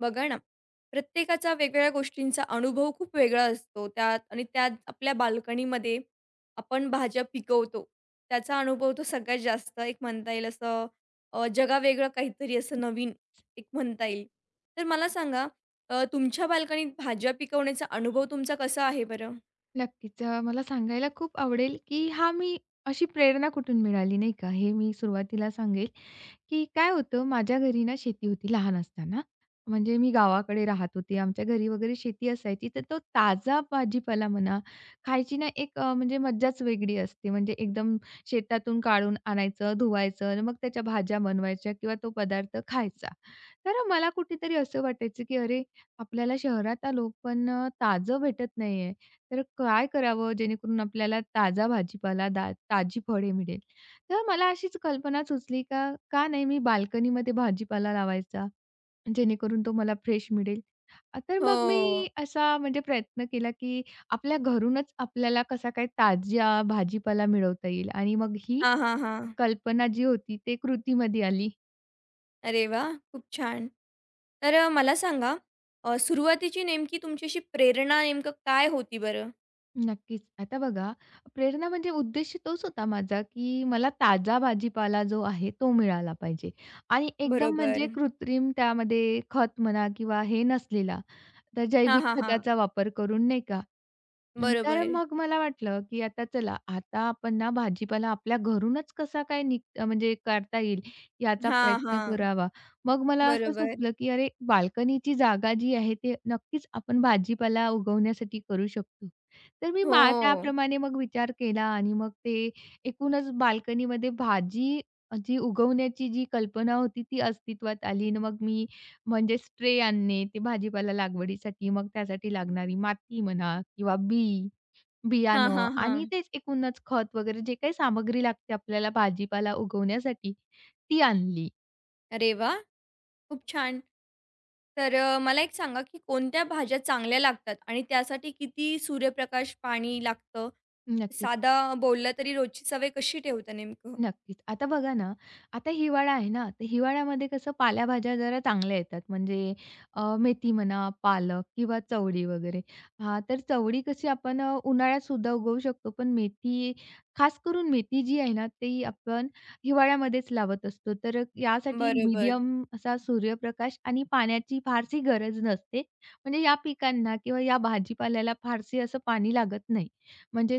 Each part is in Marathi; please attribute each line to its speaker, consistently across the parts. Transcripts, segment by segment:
Speaker 1: बघा ना, प्रत्येकाचा वेगवेगळ्या गोष्टींचा अनुभव खूप वेगळा असतो. त्यात आणि त्यात आपल्या बाल्कनीमध्ये आपण भाज्या पिकवतो. त्याचा अनुभव तो सगळ्यात जास्त एक म्हणता येईल असं जगावेगळं काहीतरी असं नवीन एक म्हणता येईल. तर मला सांगा, तुमच्या बाल्कनीत भाज्या पिकवण्याचा अनुभव तुमचा कसा आहे बरं?
Speaker 2: नक्कीच. मला सांगायला खूप आवडेल, की हा मी अशी प्रेरणा कुठून मिळाली नाही का, हे मी सुरुवातीला सांगेल, की काय होतं माझ्या घरी ना शेती होती लहान असताना. म्हणजे मी गावाकडे राहत होते. आमच्या घरी वगैरे शेती असायची. तर तो ताजा भाजीपाला म्हणा, खायची ना एक म्हणजे मज्जाच वेगळी असते. म्हणजे एकदम शेतातून काढून आणायचं, धुवायचं आणि मग त्याच्या भाज्या बनवायच्या किंवा तो पदार्थ खायचा. तर मला कुठेतरी असं वाटायचं, की अरे, आपल्याला शहरात आलो, पण ताजं भेटत नाहीये. तर काय करावं जेणेकरून आपल्याला ताजा भाजीपाला, ताजी फळे मिळेल. तर मला अशीच कल्पना सुचली का, का नाही मी बाल्कनीमध्ये भाजीपाला लावायचा, जेणेकरून तो मला फ्रेश मिळेल. तर मग
Speaker 1: हो.
Speaker 2: मी असा म्हणजे प्रयत्न केला, की आपल्या घरूनच आपल्याला कसा काय ताजा भाजीपाला मिळवता येईल आणि मग ही
Speaker 1: हां, हां, हां.
Speaker 2: कल्पना जी होती, ते कृतीमध्ये आली.
Speaker 1: अरे वाह! खूप छान. तर मला सांगा, सुरुवातीची नेमकी तुमची अशी प्रेरणा नेमकं काय होती बरं?
Speaker 2: नक्कीच. आता बघा, प्रेरणा म्हणजे उद्देश तोच होता माझा, की मला ताजा भाजीपाला जो आहे तो मिळाला पाहिजे आणि एकदम म्हणजे
Speaker 1: बरोबर.
Speaker 2: कृत्रिम त्यामध्ये खत म्हणा किंवा हे नसलेला, तर
Speaker 1: हां,
Speaker 2: जैविक
Speaker 1: हां, हां.
Speaker 2: खताचा वापर करून नाही का हं, तर
Speaker 1: बरोबर.
Speaker 2: मग मला वाटलं, की आता चला, आता आपण ना भाजीपाला आपल्या घरूनच कसा काय म्हणजे काढता येईल याचा
Speaker 1: हां,
Speaker 2: प्रयत्न
Speaker 1: हां.
Speaker 2: करावा. मग मला असं
Speaker 1: बरोबर.
Speaker 2: सुचलं, की अरे बाल्कनीची जागा जी आहे, ते नक्कीच आपण भाजीपाला उगवण्यासाठी करू शकतो. तर मी
Speaker 1: हो.
Speaker 2: त्याप्रमाणे मग विचार केला आणि मग ते एकूणच बाल्कनीमध्ये भाजी जी उगवण्याची जी कल्पना होती ती अस्तित्वात आली आणि मग मी म्हणजे स्ट्रे आणणे, ते भाजीपाला लागवडीसाठी मग त्यासाठी लागणारी माती म्हणा किंवा बी,
Speaker 1: हां,
Speaker 2: बियाणं
Speaker 1: हां,
Speaker 2: आणि
Speaker 1: हां.
Speaker 2: तेच एकूणच खत वगैरे जे काही सामग्री लागते आपल्याला भाजीपाला उगवण्यासाठी ती आणली.
Speaker 1: अरे वाह! खूप छान. तर मला एक सांगा, की कोणत्या भाज्या चांगल्या लागतात आणि त्यासाठी किती सूर्यप्रकाश, पाणी लागतं?
Speaker 2: नक्कीच.
Speaker 1: साधा बोलला तरी रोजची सवय कशी ठेवता नेमकं?
Speaker 2: नक्कीच. आता बघा ना, आता हिवाळा आहे ना, तर हिवाळ्यामध्ये कसं पालेभाज्या जरा चांगल्या येतात. म्हणजे मेथी म्हणा, पालक किंवा चवळी वगैरे. हां, तर चवळी कशी आपण उन्हाळ्यातसुद्धा उगवू शकतो. पण मेथी, खास करून मेथी जी आहे ना, ती आपण हिवाळ्यामध्येच लावत असतो. तर यासाठी
Speaker 1: बरोबर.
Speaker 2: मीडियम असा सूर्यप्रकाश आणि पाण्याची फारशी गरज नसते. म्हणजे या पिकांना किंवा या भाजीपाल्याला फारशी असं पाणी लागत नाही. म्हणजे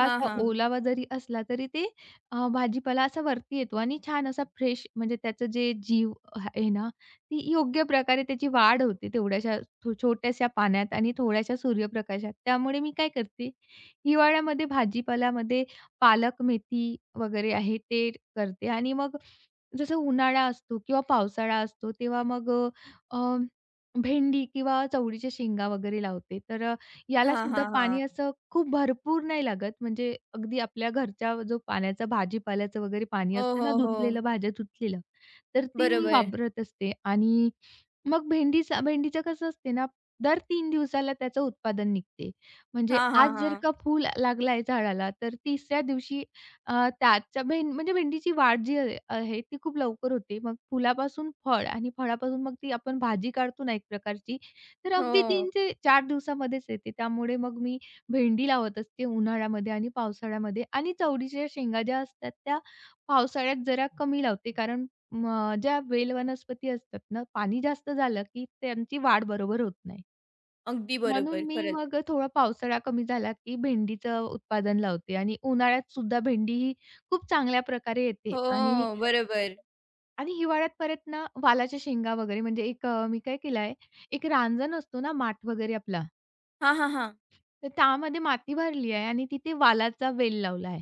Speaker 1: हां, हां.
Speaker 2: ओलावा जरी असला, तरी ते भाजीपाला असा वरती येतो आणि छान असा फ्रेश म्हणजे त्याचं जे जीव आहे ना, ती योग्य प्रकारे त्याची वाढ होते तेवढ्याशा छोट्याशा पाण्यात आणि थोड्याशा सूर्यप्रकाशात. त्यामुळे मी काय करते, हिवाळ्यामध्ये भाजीपाल्यामध्ये पालक, मेथी वगैरे आहे ते करते आणि मग जसं उन्हाळा असतो किंवा पावसाळा असतो तेव्हा मग अ, भेंडी किंवा चवळीच्या शेंगा वगैरे लावते. तर याला
Speaker 1: हां,
Speaker 2: सुद्धा
Speaker 1: हां,
Speaker 2: हं.
Speaker 1: हां.
Speaker 2: पाणी असं खूप भरपूर नाही लागत, म्हणजे अगदी आपल्या घरच्या जो पाण्याचा भाजीपाल्याचं वगैरे पाणी
Speaker 1: हो,
Speaker 2: असतं ना,
Speaker 1: हो,
Speaker 2: हं.
Speaker 1: हो.
Speaker 2: धुतलेलं, भाज्या धुतलेलं, तर ते मी हं.
Speaker 1: बरोबर.
Speaker 2: वापरत असते आणि मग भेंडीचं कसं असते ना, दर 3 दिवसाला त्याचं उत्पादन निघते. म्हणजे
Speaker 1: हां,
Speaker 2: आज
Speaker 1: हां,
Speaker 2: हं. जर
Speaker 1: हां.
Speaker 2: का फूल लागलाय झाडाला, तर तिसऱ्या दिवशी त्याच्या म्हणजे भेंडीची वाढ जी आहे आहे ती खूप लवकर होते. मग फुलापासून फळ आणि फळापासून मग ती आपण भाजी काढतो ना एक प्रकारची, तर अगदी
Speaker 1: हो.
Speaker 2: हं. ते 4 दिवसामध्येच येते. त्यामुळे मग मी भेंडी लावत असते उन्हाळ्यामध्ये आणि पावसाळ्यामध्ये आणि चवळीच्या शेंगा ज्या असतात त्या पावसाळ्यात जरा कमी लावते कारण मग ज्या बेल वनस्पती असतात ना, पाणी जास्त झालं की त्यांची वाढ बरोबर होत नाही.
Speaker 1: अगदी
Speaker 2: म्हणून
Speaker 1: बरोबर.
Speaker 2: मी
Speaker 1: खरंच.
Speaker 2: मग थोडा पावसाळा कमी झाला की भेंडीचं उत्पादन लावते आणि उन्हाळ्यात सुद्धा भेंडी ही खूप चांगल्या प्रकारे येते
Speaker 1: हो,
Speaker 2: आणि
Speaker 1: बरोबर.
Speaker 2: आणि हिवाळ्यात परत ना वालाच्या शेंगा वगैरे म्हणजे एक मी काय केलं आहे, एक रांजण असतो ना माठ वगैरे आपला,
Speaker 1: हां, हां, हां.
Speaker 2: तर त्यामध्ये माती भरली आहे आणि तिथे वालाचा वेल लावला आहे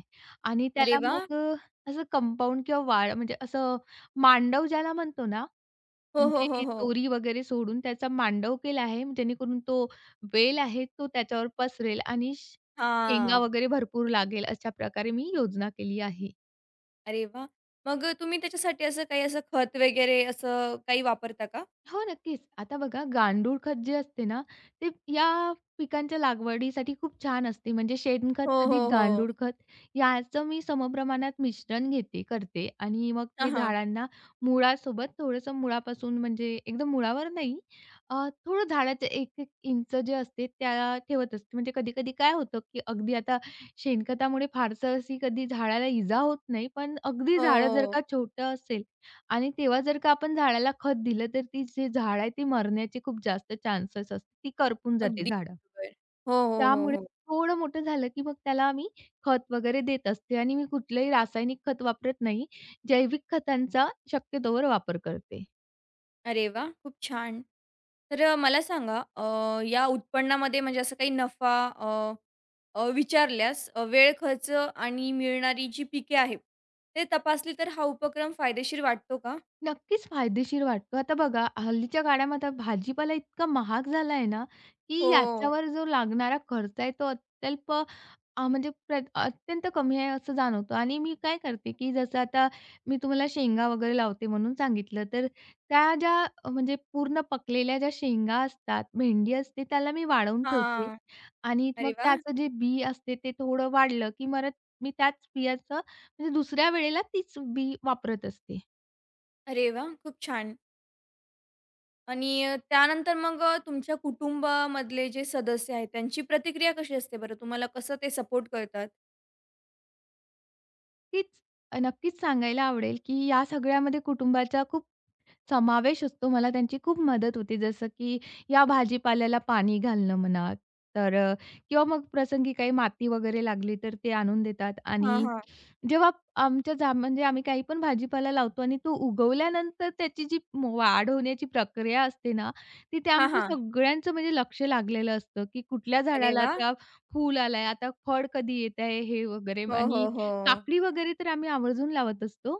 Speaker 2: आणि
Speaker 1: अरे
Speaker 2: त्याला
Speaker 1: वाह!
Speaker 2: मग असं कंपाऊंड किंवा म्हणजे असं मांडव ज्याला म्हणतो ना,
Speaker 1: हो, हो, हो,
Speaker 2: म्हणजे
Speaker 1: हो.
Speaker 2: दोरी वगैरे सोडून त्याचा मांडव केला आहे, जेणेकरून तो वेल आहे तो त्याच्यावर पसरेल आणि शेंगा
Speaker 1: हां.
Speaker 2: वगैरे भरपूर लागेल अशा प्रकारे मी योजना केली आहे.
Speaker 1: अरे वाह! मग तुम्ही त्याच्यासाठी असं काही असं खत वगैरे असं काही वापरता का?
Speaker 2: हो, नक्कीच. आता बघा गांडूळ खत जे असते ना, ते या पिकांच्या लागवडीसाठी खूप छान असते. म्हणजे
Speaker 1: हो,
Speaker 2: शेणखत
Speaker 1: हो,
Speaker 2: अधिक गांडूळ
Speaker 1: हो.
Speaker 2: खत याचं मी समप्रमाणात मिश्रण घेते करते आणि मग
Speaker 1: हां,
Speaker 2: ते
Speaker 1: हां.
Speaker 2: झाडांना मुळासोबत थोडंसं मुळापासून म्हणजे एकदम मुळावर नाही, अ, थोडं झाडाचं 1-1 इंच जे असते त्याला ठेवत असते. म्हणजे कधी-कधी काय होतं, की अगदी आता शेणखतामुळे फारसं अशी कधी झाडाला इजा होत नाही, पण अगदी झाडं जर
Speaker 1: हो.
Speaker 2: का छोटं असेल आणि तेव्हा जर का आपण झाडाला खत दिलं, तर ती जी झाड आहे ती मरण्याचे खूप जास्त चान्सेस असतात. ती करपून जाते
Speaker 1: अगदी
Speaker 2: झाडं.
Speaker 1: बरोबर. हो, हो, हो,
Speaker 2: त्यामुळे
Speaker 1: हो.
Speaker 2: थोडं मोठं झालं, की मग त्याला आम्ही खत वगैरे देत असते आणि मी कुठलंही रासायनिक खत वापरत नाही. जैविक खतांचा शक्यतोवर वापर करते.
Speaker 1: अरे वाह! खूप छान. तर मला सांगा, या उत्पन्नामध्ये म्हणजे असं काही नफा अ, अ, विचारल्यास, वेळ खर्च आणि मिळणारी जी पिके आहेत, ते तपासली तर हा उपक्रम फायदेशीर वाटतो का?
Speaker 2: नक्कीच फायदेशीर वाटतो. आता बघा हल्लीच्या काळामध्ये भाजीपाला इतका महाग झाला आहे ना, की
Speaker 1: हो.
Speaker 2: याच्यावर जो लागणारा खर्च आहे तो अत्यल्प म्हणजे प्र अत्यंत कमी आहे असं जाणवतं आणि मी काय करते, की जसं आता मी तुम्हाला शेंगा वगैरे लावते म्हणून सांगितलं, तर त्या ज्या म्हणजे पूर्ण पकलेल्या ज्या शेंगा असतात, भेंडी असते त्याला मी वाळवून ठेवते
Speaker 1: हां.
Speaker 2: आणि
Speaker 1: अरे
Speaker 2: मग
Speaker 1: वाह!
Speaker 2: त्याचं जे बी असते ते थोडं वाढलं, की परत मी त्याच बियाचं म्हणजे दुसऱ्या वेळेला तीच बी वापरत असते.
Speaker 1: अरे वाह! खूप छान. आणि त्यानंतर मग, तुमच्या कुटुंबामधले जे सदस्य आहेत, त्यांची प्रतिक्रिया कशी असते बरं? तुम्हाला कसं ते सपोर्ट करतात?
Speaker 2: तीच नक्कीच सांगायला आवडेल, की या सगळ्यामध्ये कुटुंबाचा खूप समावेश असतो. मला त्यांची खूप मदत होते. जसं की या भाजीपाल्याला पाणी घालणं म्हणा, तर किंवा मग प्रसंगी काही माती वगैरे लागली तर ते आणून देतात
Speaker 1: हां,
Speaker 2: आणि
Speaker 1: हां.
Speaker 2: जेव्हा आमच्या म्हणजे आम्ही काही पण भाजीपाला लावतो आणि तो उगवल्यानंतर त्याची जी वाढ होण्याची प्रक्रिया असते ना, तिथे
Speaker 1: हां,
Speaker 2: आमच्या
Speaker 1: हां.
Speaker 2: सगळ्यांचं म्हणजे लक्ष लागलेलं असतं, की कुठल्या
Speaker 1: अरे
Speaker 2: झाडाला
Speaker 1: वाह!
Speaker 2: आता फूल आलंय, आता फळ कधी येत आहे हे वगैरे
Speaker 1: हो,
Speaker 2: आणि
Speaker 1: हो, हो.
Speaker 2: काकडी वगैरे तर आम्ही आवर्जून लावत असतो.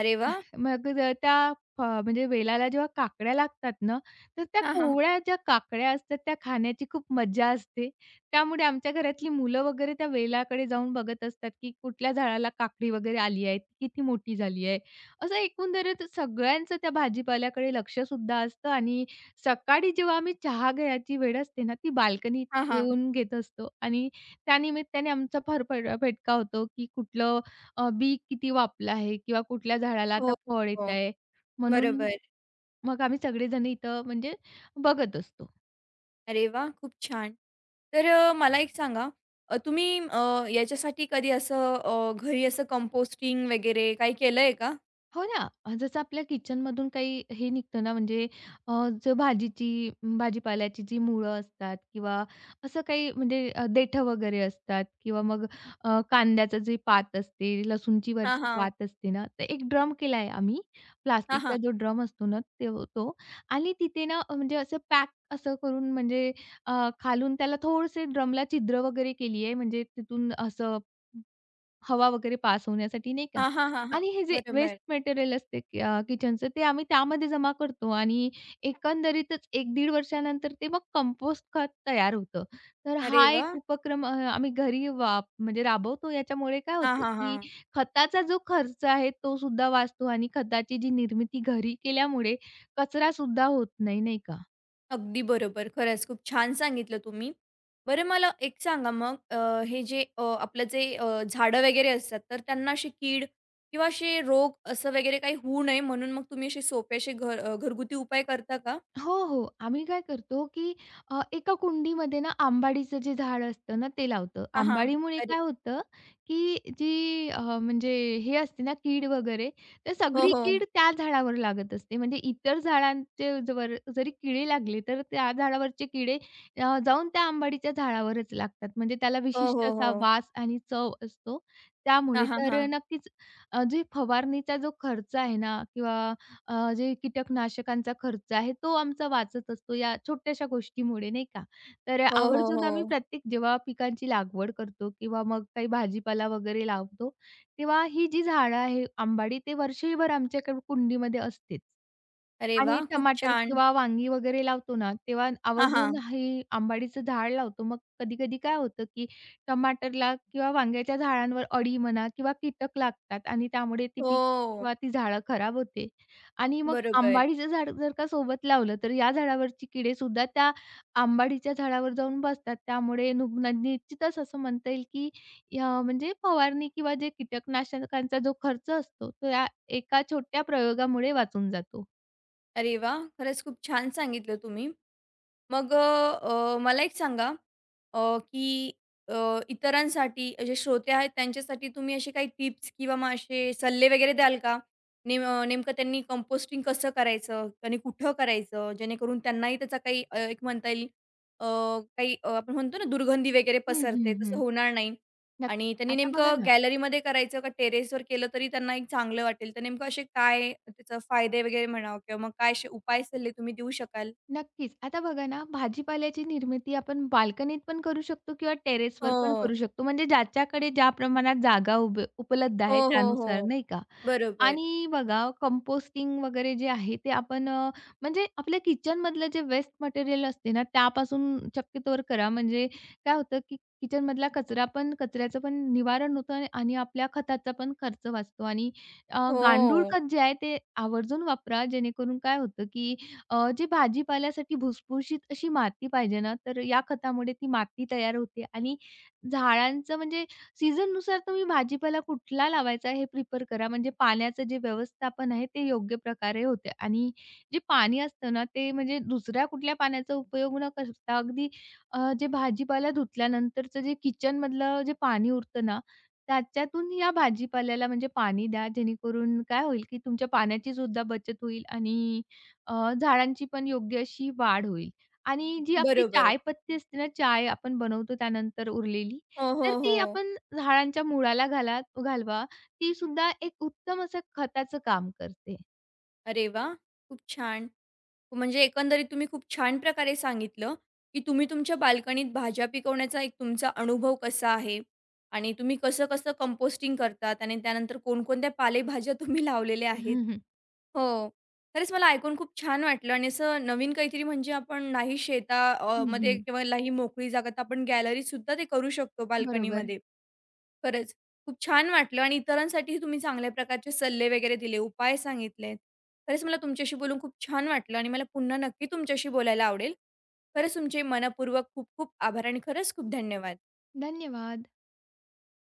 Speaker 1: अरे वाह!
Speaker 2: मग त्या म्हणजे वेलाला जेव्हा काकड्या लागतात ना, तर त्या
Speaker 1: हां, हां.
Speaker 2: कोवळ्या ज्या काकड्या असतात त्या खाण्याची खूप मज्जा असते. त्यामुळे आमच्या घरातली मुलं वगैरे त्या वेलाकडे जाऊन बघत असतात, की कुठल्या झाडाला काकडी वगैरे आली आहे, किती मोठी झाली आहे. असं एकंदरीत सगळ्यांचं त्या भाजीपाल्याकडे लक्षसुद्धा असतं आणि सकाळी जेव्हा आम्ही चहा घ्यायची वेळ असते ना, ती बाल्कनीत
Speaker 1: हां, हां.
Speaker 2: येऊन घेत असतो आणि त्यानिमित्ताने आमचा फार फड फटका होतो, की कुठलं बी किती वापलं आहे किंवा कुठल्या झाडाला आता
Speaker 1: हो,
Speaker 2: फळ येत
Speaker 1: हो.
Speaker 2: आहे म्हणून
Speaker 1: बरोबर.
Speaker 2: मग आम्ही सगळेजण इथं म्हणजे बघत असतो.
Speaker 1: अरे वाह! खूप छान. तर मला एक सांगा, तुम्ही याच्यासाठी कधी असं, घरी असं कंपोस्टिंग वगैरे काही केलंय का?
Speaker 2: हो ना. जसं आपल्या किचनमधून काही हे निघतं ना, म्हणजे अ, जो भाजीची भाजीपाल्याची जी मुळं असतात किंवा असं काही म्हणजे देठं वगैरे असतात किंवा मग कांद्याचं जे पात असते, लसूणची
Speaker 1: हां,
Speaker 2: वरची
Speaker 1: हां.
Speaker 2: पात असते ना, तर एक ड्रम केला आहे आम्ही.
Speaker 1: हां,
Speaker 2: प्लास्टिकचा
Speaker 1: हां.
Speaker 2: जो ड्रम असतो ना, तो तो आणि तिथे ना म्हणजे असं पॅक असं करून म्हणजे खालून त्याला थोडंसे ड्रमला छिद्र वगैरे केली आहे, म्हणजे तिथून असं हवा वगैरे पास होण्यासाठी नाही का?
Speaker 1: हां, हां, हां, हां.
Speaker 2: आणि हे जे वेस्ट
Speaker 1: बरोबर.
Speaker 2: मटेरियल असते किचनचं ते आम्ही त्यामध्ये जमा करतो आणि एकंदरीतच 1-1.5 वर्षानंतर ते मग कंपोस्ट खत तयार होतं. तर
Speaker 1: अरे
Speaker 2: हा एक
Speaker 1: वाह!
Speaker 2: उपक्रम आम्ही घरी म्हणजे राबवतो. याच्यामुळे काय
Speaker 1: हां,
Speaker 2: होतं,
Speaker 1: हां,
Speaker 2: की
Speaker 1: हां.
Speaker 2: खताचा जो खर्च आहे तो सुद्धा वाचतो आणि खताची जी निर्मिती घरी केल्यामुळे कचरासुद्धा होत नाही, नाही का?
Speaker 1: अगदी बरोबर. खरंच खूप छान सांगितलं तुम्ही. बरं मला एक सांगा मग, हे जे आपलं जे झाडं वगैरे असतात तर त्यांना अशी कीड किंवा असे रोग असं वगैरे काही होऊ नये म्हणून मग तुम्ही असे सोपे असे घरगुती उपाय करता का?
Speaker 2: हो, हो. आम्ही काय करतो, की एका कुंडीमध्ये ना आंबाडीचं जे झाड असतं ना, ते लावतं.
Speaker 1: हां, हां.
Speaker 2: आंबाडीमुळे
Speaker 1: अरे
Speaker 2: काय होतं, की जी म्हणजे हे असते ना कीड वगैरे, तर
Speaker 1: हो,
Speaker 2: सगळी
Speaker 1: हो.
Speaker 2: कीड त्या झाडावर लागत असते. म्हणजे इतर झाडांचे जवर जरी किडे लागले, तर त्या झाडावरचे किडे जाऊन त्या आंबाडीच्या झाडावरच लागतात. म्हणजे त्याला
Speaker 1: हो,
Speaker 2: विशिष्ट
Speaker 1: हो, हो.
Speaker 2: असा वास आणि चव असतो
Speaker 1: हां,
Speaker 2: त्यामुळे.
Speaker 1: हां,
Speaker 2: तर
Speaker 1: हां.
Speaker 2: नक्कीच जी फवारणीचा जो खर्च आहे ना किंवा जे कीटकनाशकांचा खर्च आहे तो आमचा वाचत असतो या छोट्याशा गोष्टीमुळे नाही का. तर
Speaker 1: हो, हो,
Speaker 2: आवर्जून आम्ही
Speaker 1: हो.
Speaker 2: प्रत्येक जेव्हा पिकांची लागवड करतो किंवा मग काही भाजीपाला वगैरे लावतो, तेव्हा ही जी झाडं आहे आंबाडी ते वर्षभर आमच्याकडे कुंडीमध्ये असतेच.
Speaker 1: अरे
Speaker 2: आणि
Speaker 1: वाह! खूप
Speaker 2: टमाटर
Speaker 1: छान.
Speaker 2: किंवा वांगी वगैरे लावतो ना, तेव्हा
Speaker 1: हां,
Speaker 2: आवर्जून
Speaker 1: हां.
Speaker 2: हे आंबाडीचं झाड लावतो. मग कधी-कधी काय होतं, की टमाटरला किंवा वांग्याच्या झाडांवर अळी म्हणा किंवा कीटक लागतात आणि त्यामुळे ती पीक
Speaker 1: हो.
Speaker 2: किंवा ती झाडं खराब होते. आणि मग
Speaker 1: बरोबर.
Speaker 2: आंबाडीचं झाड जर का सोबत लावलं, तर या झाडावरची किडे सुद्धा त्या आंबाडीच्या झाडावर जाऊन बसतात. त्यामुळे निश्चितच असं म्हणता येईल, की म्हणजे फवारणी किंवा जे कीटकनाशकांचा जो खर्च असतो, तो या एका छोट्या प्रयोगामुळे वाचून जातो.
Speaker 1: अरे वाह! खरंच खूप छान सांगितलं तुम्ही. मग अ, अ, मला एक सांगा, की इतरांसाठी जे श्रोते आहेत त्यांच्यासाठी तुम्ही असे काही टिप्स किंवा मग असे सल्ले वगैरे द्याल का? नेमकं त्यांनी कंपोस्टिंग कसं करायचं आणि कुठं करायचं? जेणेकरून त्यांनाही त्याचा काही, एक म्हणता येईल, अ, काही, आपण म्हणतो ना दुर्गंधी वगैरे
Speaker 2: हं, हं,
Speaker 1: पसरते तसं
Speaker 2: हं.
Speaker 1: होणार नाही
Speaker 2: नक्कीच.
Speaker 1: आणि त्यांनी
Speaker 2: आता बघा
Speaker 1: नेमकं
Speaker 2: ना
Speaker 1: गॅलरीमध्ये करायचं का टेरेसवर केलं तरी त्यांना एक चांगलं वाटेल. तर नेमकं असे काय त्याचा फायदे वगैरे म्हणावं किंवा मग काय असे उपाय सल्ले तुम्ही देऊ शकाल?
Speaker 2: नक्कीच. आता बघा ना, भाजीपाल्याची निर्मिती आपण बाल्कनीत पण करू शकतो किंवा टेरेसवर पण करू
Speaker 1: हो.
Speaker 2: शकतो. म्हणजे ज्याच्याकडे ज्या प्रमाणात जागा उभ उपलब्ध
Speaker 1: हो,
Speaker 2: आहे
Speaker 1: हो,
Speaker 2: त्यानुसार,
Speaker 1: हो.
Speaker 2: नाही का?
Speaker 1: बरोबर.
Speaker 2: आणि बघा कंपोस्टिंग वगैरे जे आहे ते आपण म्हणजे आपल्या किचनमधलं जे वेस्ट मटेरियल असते ना त्यापासून शक्यतोवर करा. म्हणजे काय होतं, की किचनमधला कचरा पण कचऱ्याचं पण निवारण होतं आणि आणि आपल्या खताचा पण खर्च वाचतो आणि गांडूळ
Speaker 1: हो,
Speaker 2: खत जे आहे ते आवर्जून वापरा. जेणेकरून काय होतं, की जी भाजीपाल्यासाठी भुसभुशीत अशी माती पाहिजे ना, तर या खतामुळे ती माती तयार होते आणि झाडांचं म्हणजे सीझननुसार तुम्ही भाजीपाला कुठला लावायचा हे प्रिफर करा, म्हणजे पाण्याचं जे व्यवस्थापन आहे ते योग्य प्रकारे होते आणि जे पाणी असतं ना, ते म्हणजे दुसऱ्या कुठल्या पाण्याचा उपयोग न करता अगदी जे भाजीपाला धुतल्यानंतरचं जे किचनमधलं जे पाणी उरतं ना, त्याच्यातून या भाजीपाल्याला म्हणजे पाणी द्या. जेणेकरून काय होईल, की तुमच्या पाण्याची सुद्धा बचत होईल आणि अ, झाडांची पण योग्य अशी वाढ होईल. आणि जी आपली
Speaker 1: बरोबर.
Speaker 2: चायपत्ती असते ना, चाय आपण बनवतो त्यानंतर उरलेली,
Speaker 1: हो,
Speaker 2: तर
Speaker 1: हो, हो.
Speaker 2: ती आपण झाडांच्या मुळाला घालवा. ती सुद्धा एक उत्तम असं खताचं काम करते.
Speaker 1: अरे वाह! खूप छान. म्हणजे एकंदरीत तुम्ही खूप छान प्रकारे सांगितलं, की तुम्ही तुमच्या बाल्कनीत भाज्या पिकवण्याचा एक तुमचा अनुभव कसा आहे आणि तुम्ही कसं-कसं कंपोस्टिंग करतात आणि त्यानंतर कोणकोणत्या पालेभाज्या तुम्ही लावलेल्या आहेत. हो. खरंच मला ऐकून खूप छान वाटलं आणि असं नवीन काहीतरी म्हणजे आपण नाही
Speaker 2: हं,
Speaker 1: मध्ये
Speaker 2: हं.
Speaker 1: किंवा नाही मोकळी जागा तर आपण गॅलरीतसुद्धा ते करू शकतो
Speaker 2: बरोबर.
Speaker 1: बाल्कनीमध्ये. खरंच, खूप छान वाटलं आणि इतरांसाठीही तुम्ही चांगल्या प्रकारचे सल्ले वगैरे दिले, उपाय सांगितलेत. खरंच मला तुमच्याशी बोलून खूप छान वाटलं आणि मला पुन्हा नक्की तुमच्याशी बोलायला आवडेल. खरंच तुमचे मनःपूर्वक खूप खूप आभार आणि खरंच खूप धन्यवाद.
Speaker 2: धन्यवाद.